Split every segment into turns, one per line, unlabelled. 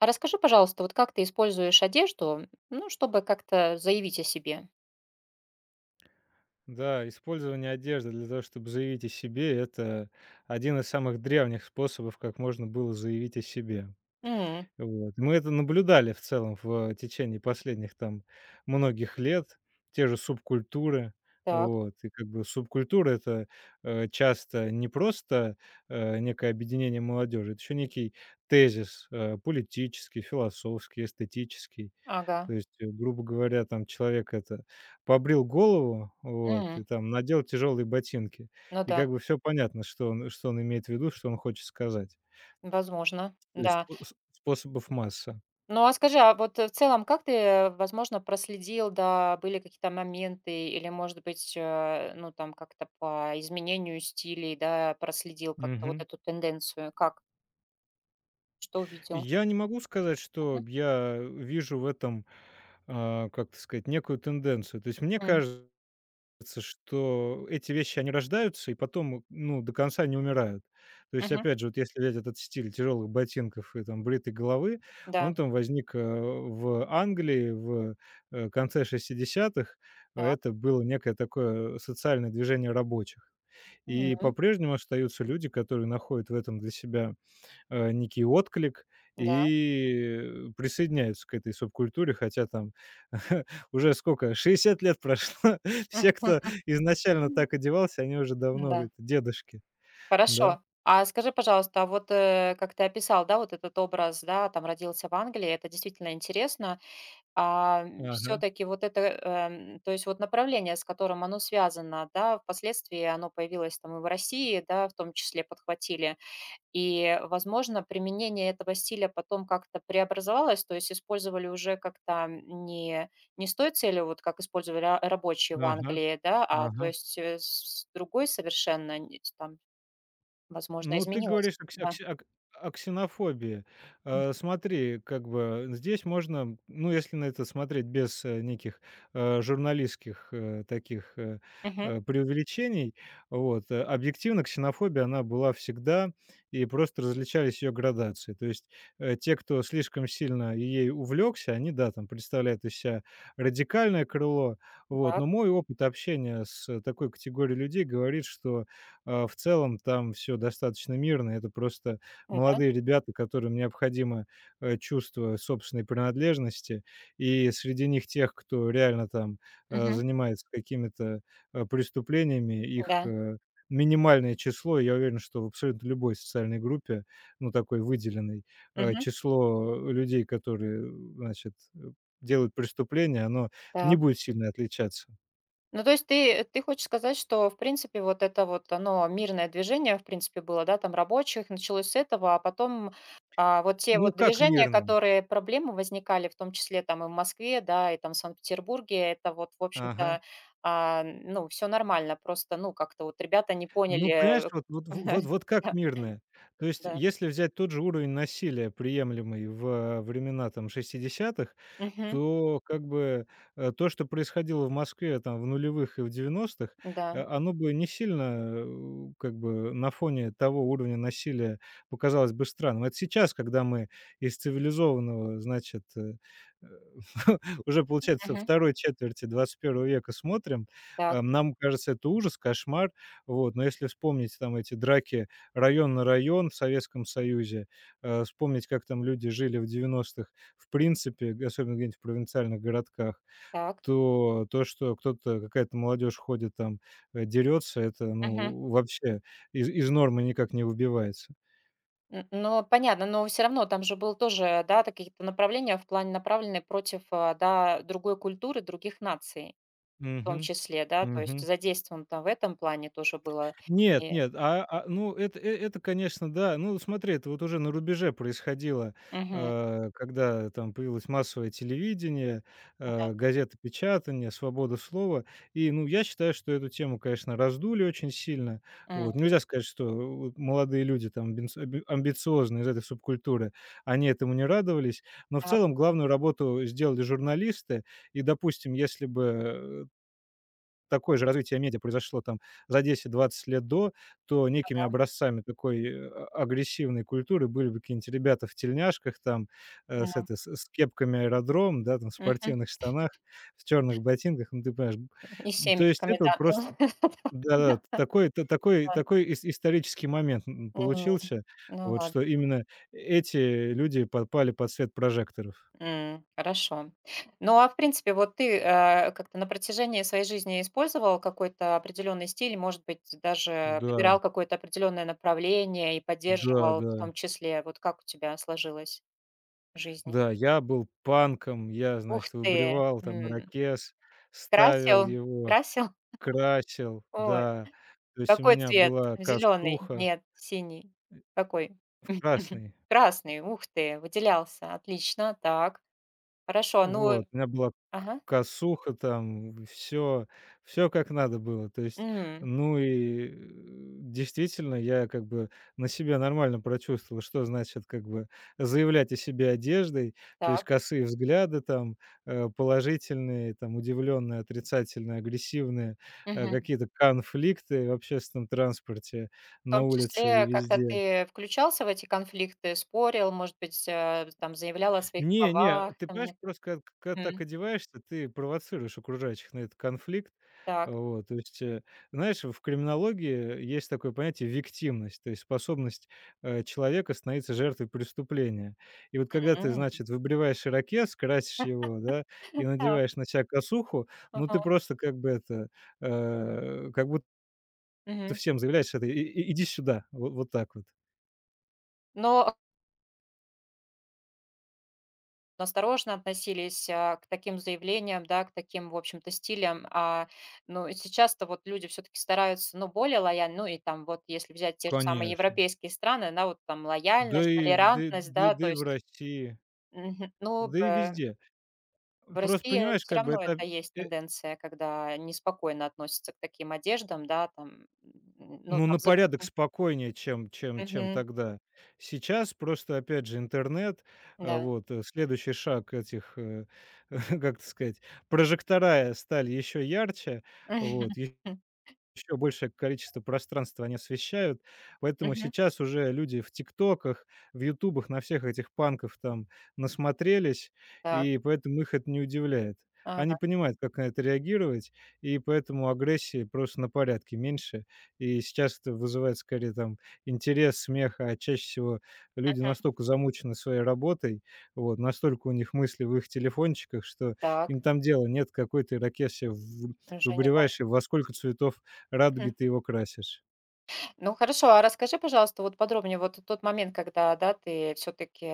А расскажи, пожалуйста, вот как ты используешь одежду, ну, чтобы как-то заявить о себе?
Да, использование одежды для того, чтобы заявить о себе, это один из самых древних способов, как можно было заявить о себе.
М,
Вот. Мы это наблюдали в целом в течение последних там многих лет, те же субкультуры.
так,
Вот. И как бы субкультура это часто не просто некое объединение молодежи, это еще некий тезис политический, философский, эстетический.
ага.
То есть, грубо говоря, там человек это побрил голову, вот,
М,
и там надел тяжелые ботинки.
ну
И
да,
как бы все понятно, что он имеет в виду, что он хочет сказать.
возможно,
То есть
да.
способов масса.
Ну, а скажи, а вот, в целом, как ты, возможно, проследил, да, были какие-то моменты или, может быть, ну, там, как-то по изменению стилей, да, проследил как-то вот
Мгм.
эту тенденцию? Как? Что увидел?
Я не могу сказать,
Мгм.
что я вижу в этом, а, как это сказать, некую тенденцию. То есть мне
М,
кажется. Кажется, что эти вещи, они рождаются и потом, ну, до конца не умирают. То есть,
мгм.
опять же, вот если взять этот стиль тяжелых ботинков и там бритой головы,
Да,
он там возник, в Англии в, конце шестидесятых, х
так.
Это было некое такое социальное движение рабочих. И
М,
по-прежнему остаются люди, которые находят в этом для себя некий отклик
да.
и присоединяются к этой субкультуре, хотя там уже сколько, 60 лет прошло. Все, кто изначально
Мгм.
так одевался, они уже давно,
Да.
это, дедушки, да.
Хорошо. А скажи, пожалуйста, а вот, как ты описал, да, вот этот образ, да, там родился в Англии, это действительно интересно. А,
Ага,
все-таки вот это, то есть вот направление, с которым оно связано, да, впоследствии оно появилось там и в России, да, в том числе подхватили. И, возможно, применение этого стиля потом как-то преобразовалось, то есть использовали уже как-то не, с той целью, вот как использовали рабочие в
ага,
Англии, да, а то
ага.
есть с другой совершенно, там, возможно,
Ну, ты
изменилось.
говоришь о кси о
Да.
кси о к о ксенофобии. Смотри, как бы здесь можно, ну, если на это смотреть без, неких, журналистских, таких,
Мгм.
преувеличений, вот, объективно ксенофобия, она была всегда, и просто различались ее градации. То есть, те, кто слишком сильно ей увлекся, они, да, там представляют из себя радикальное крыло. Вот,
Так.
но мой опыт общения с такой категорией людей говорит, что а, в целом там все достаточно мирно. Это просто
Да.
молодые ребята, которым необходимо, чувство собственной принадлежности. И среди них тех, кто реально там,
Мгм.
занимается какими-то, преступлениями, их,
Да.
минимальное число. Я уверен, что в абсолютно любой социальной группе, ну, такой выделенной,
Мгм.
число людей, которые, значит, делают преступления, оно не
Так.
будет сильно отличаться.
Ну, то есть ты хочешь сказать, что, в принципе, вот это вот оно мирное движение, в принципе, было, да, там рабочих, началось с этого, а потом, а, вот те
Ну,
вот
как
движения,
мирное.
которые проблемы возникали, в том числе там и в Москве, да, и там в Санкт-Петербурге, это вот, в
Ага.
общем-то, а, ну, все нормально. Просто, ну, как-то вот ребята не
Ну, понимаешь,
поняли.
вот вот вот вот как
Да,
мирное. То есть,
да.
если взять тот же уровень насилия, приемлемый во времена там шестидесятых,
Мгм.
то как бы, то, что происходило в Москве там в нулевых и в девяностых,
Да.
оно бы не сильно, как бы на фоне того уровня насилия показалось бы странным. Это сейчас, когда мы из цивилизованного, значит, э, уже, получается,
Мгм.
второй четверти двадцать первого века смотрим,
Так,
нам кажется, это ужас, кошмар вот, но если вспомнить там эти драки район на район в Советском Союзе, вспомнить, как там люди жили в 90-х, в принципе, г особенно где-нибудь в провинциальных городках,
так.
то то, что кто-то, какая-то молодежь ходит там, дерется, это,
Мгм.
ну, вообще из нормы никак не выбивается.
Н но понятно, но все равно там же был тоже, да, та какие-то направления в плане направленные против, а, да, другой культуры, других наций в том
Мгм.
числе, да, то есть
Мгм.
задействован там в этом плане тоже было.
Нет,
И
нет, а, ну, это, это, конечно, да. Ну, смотри, это вот уже на рубеже происходило,
мгм,
когда там появилось массовое телевидение,
да,
газеты печатания, свобода слова. И, ну, я считаю, что эту тему, конечно, раздули очень сильно.
м,
Вот. Нельзя сказать, что вот молодые люди там амбициозные из этой субкультуры, они этому не радовались. Но в
так,
целом главную работу сделали журналисты. И, допустим, если бы такое же развитие медиа произошло там за 10-20 лет до, то некими образцами такой, агрессивной культуры были бы какие-нибудь ребята в тельняшках там, с
ну,
этой, с кепками "Аэродром", да, там, в
мгм.
спортивных штанах, в черных ботинках, ну, ты понимаешь.
И
М, то есть
семечками,
это вот
да,
просто
ну
да-да, такой та такой
да,
такой ис исторический момент, м,
м,
получился,
ну
вот,
ладно.
что именно эти люди попали под свет прожекторов.
М, хорошо. Ну, а в принципе, вот ты, как-то на протяжении своей жизни использовал какой-то определенный стиль, может быть, даже выбирал
Да,
какое-то определенное направление и поддерживал в том
да-да.
числе? Вот как у тебя сложилась жизнь?
Да, я был панком, я,
Ух
значит,
ты!
выбривал там
М,
ирокез, ставил
красил?
его,
Красил?
красил,
Ой,
да. То есть у
какой
меня
цвет?
была
Зеленый?
косуха
Нет, синий. Какой?
в красный.
Красный. Ух ты, выделялся. Отлично. Так, хорошо. Ну,
Вот, у меня была к
ага.
косуха там, все, все как надо было. То есть,
М,
ну и, действительно, я как бы на себе нормально прочувствовал, что значит как бы заявлять о себе одеждой. То есть
так.
косые взгляды там, положительные, там удивленные, отрицательные, агрессивные, какие-то конфликты в общественном транспорте,
В
на
том
улице и
числе, когда
везде.
ты включался в эти конфликты, спорил, может быть, там заявлял о своих
Не, не,
правах,
ты
там
понимаешь,
не.
просто когда так
Мгм.
одеваешься, ты провоцируешь окружающих на этот конфликт.
Так.
Вот, то есть, знаешь, в криминологии есть такое понятие виктимность, то есть способность, человека становиться жертвой преступления. И вот когда ты,
М,
значит, выбриваешь ирокез, красишь его, да, и
так.
надеваешь на себя косуху, ну, ты
Ага.
просто как бы это, как будто
Мгм.
всем заявляешь это: иди сюда". Вот так вот.
Но осторожно относились, а, к таким заявлениям, да, к таким, в общем-то, стилям. А, ну, и сейчас-то вот люди все таки стараются, ну, более лояльно. Ну, и там вот если взять те же самые
Конечно.
европейские страны, да, вот там
Да
лояльность,
и в да и-
толерантность,
да и
да,
да
то
и в
есть
России,
мгм, ну,
да и
да.
везде.
В
Просто
России
понимаешь,
все
как бы
равно
это,
это есть
э,
тенденция, когда неспокойно относятся к таким одеждам, да, там, м, ну,
ну,
там,
на порядок
взрослым.
спокойнее, чем чем
Мгм.
тогда. Сейчас просто, опять же, интернет,
Да.
вот, следующий шаг этих, как это сказать, прожектора стали еще ярче, вот,
Мгм.
Еще большее количество пространства они освещают. Поэтому сейчас уже люди в "Тиктоках", в "Ютубах" на всех этих панков там насмотрелись,
Так.
и поэтому их это не удивляет. Они
Ага.
понимают, как на это реагировать, и поэтому агрессии просто на порядке меньше. И сейчас это вызывает скорее там интерес, смех, а чаще всего люди
Мгм.
настолько замучены своей работой, вот, настолько у них мысли в их телефончиках, что
Так.
им там дела нет, какой ты ракете в
Уже не
выбриваешь
можно.
и во сколько цветов Радуги ты его красишь.
Ну хорошо, а расскажи, пожалуйста, вот подробнее вот тот момент, когда, да, ты все таки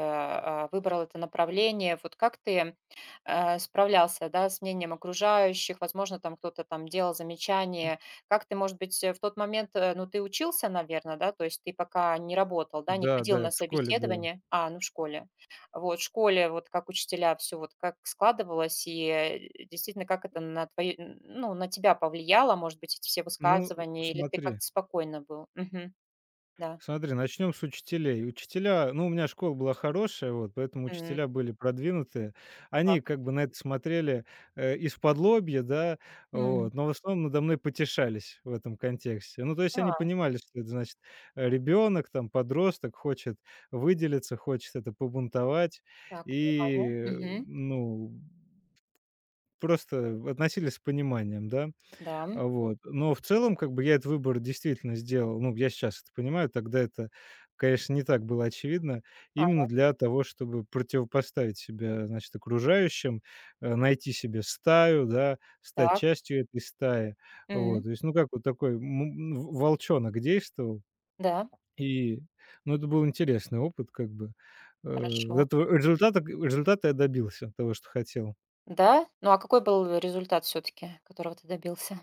выбрал это направление. Вот как ты, справлялся, да, с мнением окружающих? Возможно, там кто-то там делал замечания. Как ты, может быть, в тот момент, ну, ты учился, наверное, да? То есть ты пока не работал, да, не
Да,
ходил
да,
на
это в школе было.
собеседование? А, ну, в школе. Вот, в школе, вот как учителя, все вот как складывалось, и, действительно, как это на твою н ну, на тебя повлияло, может быть, эти все
Ну,
высказывания, или ты
смотри,
как-то спокойно был? Мгм. Да.
смотри, начнем с учителей. Учителя, ну, у меня школа была хорошая, вот, поэтому
М.
учителя были продвинутые.
Так.
Они как бы на это смотрели, исподлобья, да,
М.
вот, но в основном надо мной потешались в этом контексте. Ну, то есть они
А,
понимали, что это значит, ребенок, там, подросток хочет выделиться, хочет это побунтовать
так, понимаю.
и, э,
Мгм.
ну, просто относились с пониманием, да.
Да.
А, вот. Но в целом, как бы, я этот выбор действительно сделал. Ну, я сейчас это понимаю, тогда это, конечно, не так было очевидно.
А,
Именно для того, чтобы противопоставить себя, значит, окружающим, найти себе стаю, да, стать
так.
частью этой стаи.
М.
Вот. То есть, ну, как вот такой м, волчонок действовал.
Да,
И, ну, это был интересный опыт, как бы. Э,
хорошо.
Этого результата я добился того, что хотел.
Да? Ну, а какой был результат все таки которого ты добился?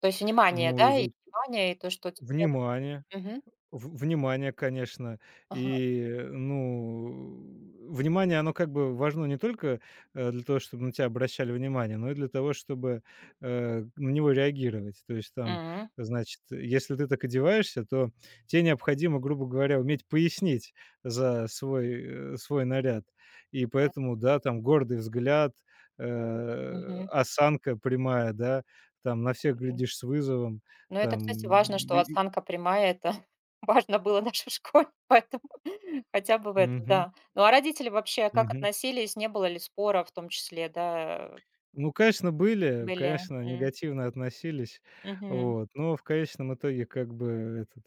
То есть внимание,
Ну,
да? И внимание, и то, что тебе.
внимание,
Мгм.
В внимание, конечно.
Ага.
И, ну, внимание, оно как бы важно не только, для того, чтобы на тебя обращали внимание, но и для того, чтобы, на него реагировать. То есть там,
М.
значит, если ты так одеваешься, то тебе необходимо, грубо говоря, уметь пояснить за свой, свой наряд. И
Так.
поэтому, да, там гордый взгляд,
Мгм.
осанка прямая, да, там на всех глядишь с вызовом,
Но это, кстати, важно,
там
что
и и.
осанка прямая. Это важно было даже в школе, поэтому хотя бы в этом,
Мгм,
да. Ну, а родители вообще как
мгм.
относились? Не было ли спора в том числе, да,
Ну, конечно, были,
были?
конечно,
М,
негативно относились,
мгм.
вот, но в конечном итоге как бы этот.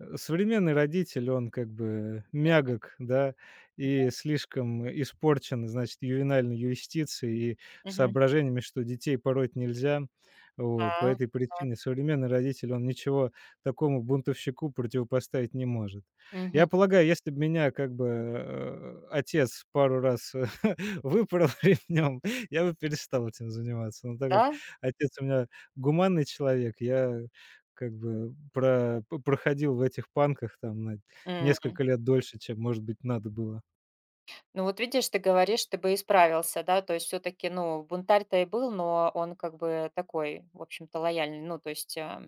Современный родитель, он как бы мягок, да,
Да.
и слишком испорчен, значит, ювенальной юстицией и
Мгм.
соображениями, что детей пороть нельзя. Вот. По
А,
этой
так.
причине современный родитель, он ничего такому бунтовщику противопоставить не может.
Мгм.
Я полагаю, если бы меня как бы, отец пару раз выпорол ремнем, я бы перестал этим заниматься. Но так как
Да?
отец у меня гуманный человек, я как бы проходил в этих панках там на
М.
несколько лет дольше, чем, может быть, надо было.
Ну, вот видишь, ты говоришь, ты бы исправился, да? То есть все таки ну, бунтарь-то и был, но он как бы такой, в общем-то, лояльный. Ну, то есть, а,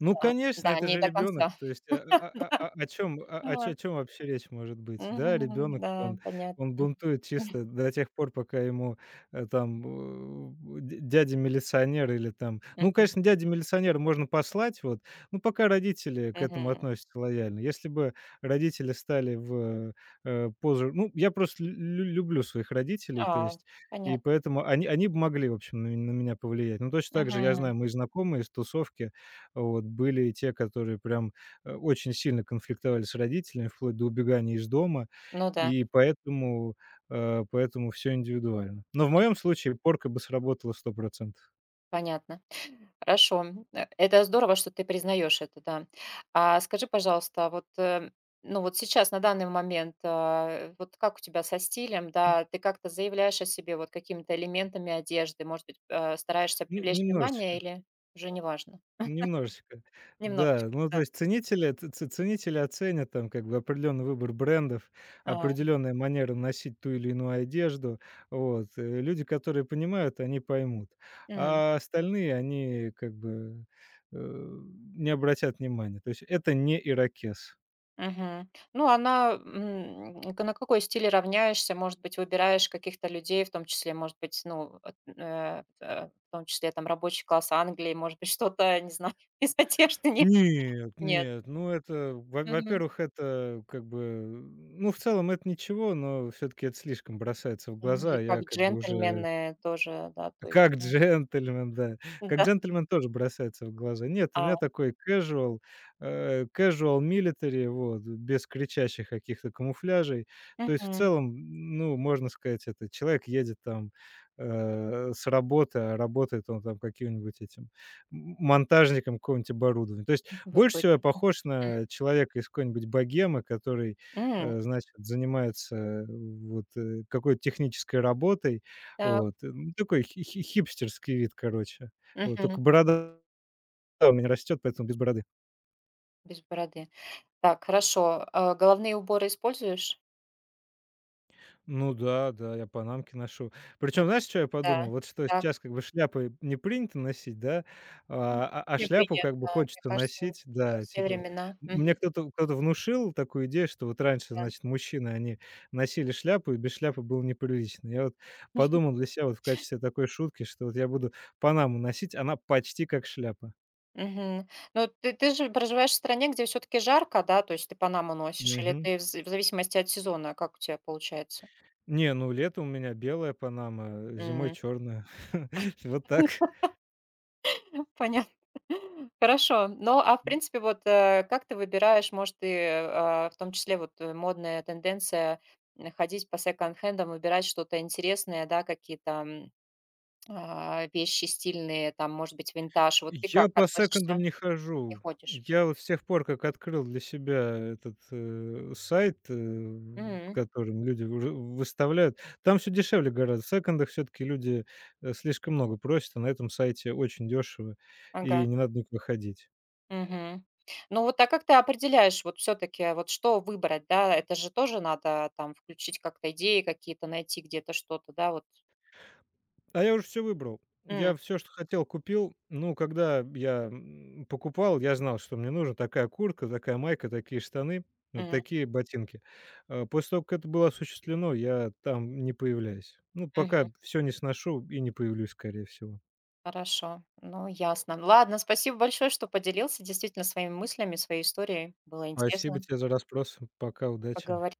Ну,
да,
конечно,
да,
это
не
же
до
ребенок.
конца.
То есть, о чем о
Да. А.
чем вообще речь может быть? Да,
Мгм.
ребенок,
Да,
он
понятно.
бунтует чисто до тех пор, пока ему, там, у, дя дядя-милиционер или там. Ну,
Мгм,
конечно, дядю милиционер можно послать, вот, ну, пока родители к этому
мгм.
относятся лояльно. Если бы родители стали в, позу. Ну, я просто лю лю люблю своих родителей, то
А,
есть, и
понятно.
поэтому они бы могли, в общем, на меня повлиять. Ну, точно так же, я
Мгм.
знаю, мои знакомые из тусовки, вот. Были и те, которые прям, очень сильно конфликтовали с родителями, вплоть до убегания из дома,
Ну да,
и поэтому, поэтому все индивидуально. Но в моем случае порка бы сработала 100.
понятно. Хорошо. Это здорово, что ты признаешь это, да. А скажи, пожалуйста, вот, ну вот сейчас, на данный момент, а, вот как у тебя со стилем, да, ты как-то заявляешь о себе вот какими-то элементами одежды, может быть, стараешься
Ну,
привлечь внимание
немножечко.
или уже неважно?
Немножечко.
Немножечко,
Да, ну, то
да.
есть ценители ц ц ценители оценят там как бы определенный выбор брендов,
А,
определенная манера носить ту или иную одежду. Вот, люди, которые понимают, они поймут,
м.
а остальные, они как бы, э, не обратят внимания. То есть это не ирокез.
Мгм. Ну, она, на какой стиле равняешься? Может быть, выбираешь каких-то людей, в том числе, может быть, ну, в том числе там рабочий класс Англии, может быть, что-то, не знаю, из одежды нет.
Нет,
Нет.
нет, ну, это, во
Мгм.
во-первых, это как бы, ну, в целом это ничего, но все-таки это слишком бросается в
Мгм. Или
глаза.
как
Я как бы уже.
джентльмены тоже, да, то есть.
Как джентльмен, да.
Ну
Как
да.
джентльмен тоже бросается в глаза. Нет, у
А,
меня такой casual, casual military, вот, без кричащих каких-то камуфляжей. То есть в
мгм.
целом, ну, можно сказать, это человек едет там, с работы, а работает он там каким-нибудь этим м монтажником какого-нибудь оборудования. То есть больше всего я
Высокий.
похож
М.
на человека из какой-нибудь богемы, который,
М,
значит, занимается вот, какой-то технической работой,
так.
вот, ну, такой хи хи хипстерский вид, короче. Вот,
Мгм.
только борода у меня растет, поэтому без бороды.
Без бороды. Так, хорошо. А, головные уборы используешь?
Ну да, да, я панамки ношу.
М,
Причем, знаешь, что я
да.
подумал? Вот что
Так.
сейчас как бы шляпы не принято носить, да,
Ну,
а
мне
шляпу как
приятно,
бы
мне
хочется
кажется, н
носить,
на
да,
все
типа.
времена. Мгм,
Мне кто-то внушил такую идею, что вот раньше,
да.
значит, мужчины, они носили шляпу, и без шляпы было неприлично. Я вот подумал для себя вот в качестве такой шутки, что вот я буду панаму носить, она почти как шляпа.
Мгм. Но ты же проживаешь в стране, где все таки жарко, да? То есть ты панаму носишь или
Мгм.
ты в зависимости от сезона, а как у тебя получается?
Не, ну лето у меня белая панама, зимой
М.
черная. Вот так.
Понятно. Хорошо. Ну, а в принципе, вот, как ты выбираешь, может, ты, в том числе вот, модная тенденция ходить по секонд-хендам, выбирать что-то интересное, да, какие-то, вещи стильные, там, может быть, винтаж. Вот ты как
Я по
относишься?
секондам не
Не
хожу.
ходишь?
Я вот с тех пор, как открыл для себя этот, сайт,
М,
которым люди уже выставляют, там все дешевле гораздо. В секондах все таки люди, слишком много просят, а на этом сайте очень дешево,
ага,
и не надо никуда ходить.
мгм. Ну вот, а как ты определяешь, вот все-таки, вот что выбрать, да? Это же тоже надо там включить как-то идеи какие-то, найти где-то что-то, да, вот.
А я уже все выбрал.
М,
Я все, что хотел, купил. Ну, когда я, м, покупал, я знал, что мне нужно: такая куртка, такая майка, такие штаны, вот
мгм,
такие ботинки. После того, как это было осуществлено, я там не появляюсь. Ну,
мгм.
пока все не сношу и не появлюсь, скорее всего.
Хорошо, ну ясно. Ладно, спасибо большое, что поделился действительно своими мыслями, своей историей. Было
Спасибо
интересно
тебе за расспрос. Пока, удачи.
поговорить.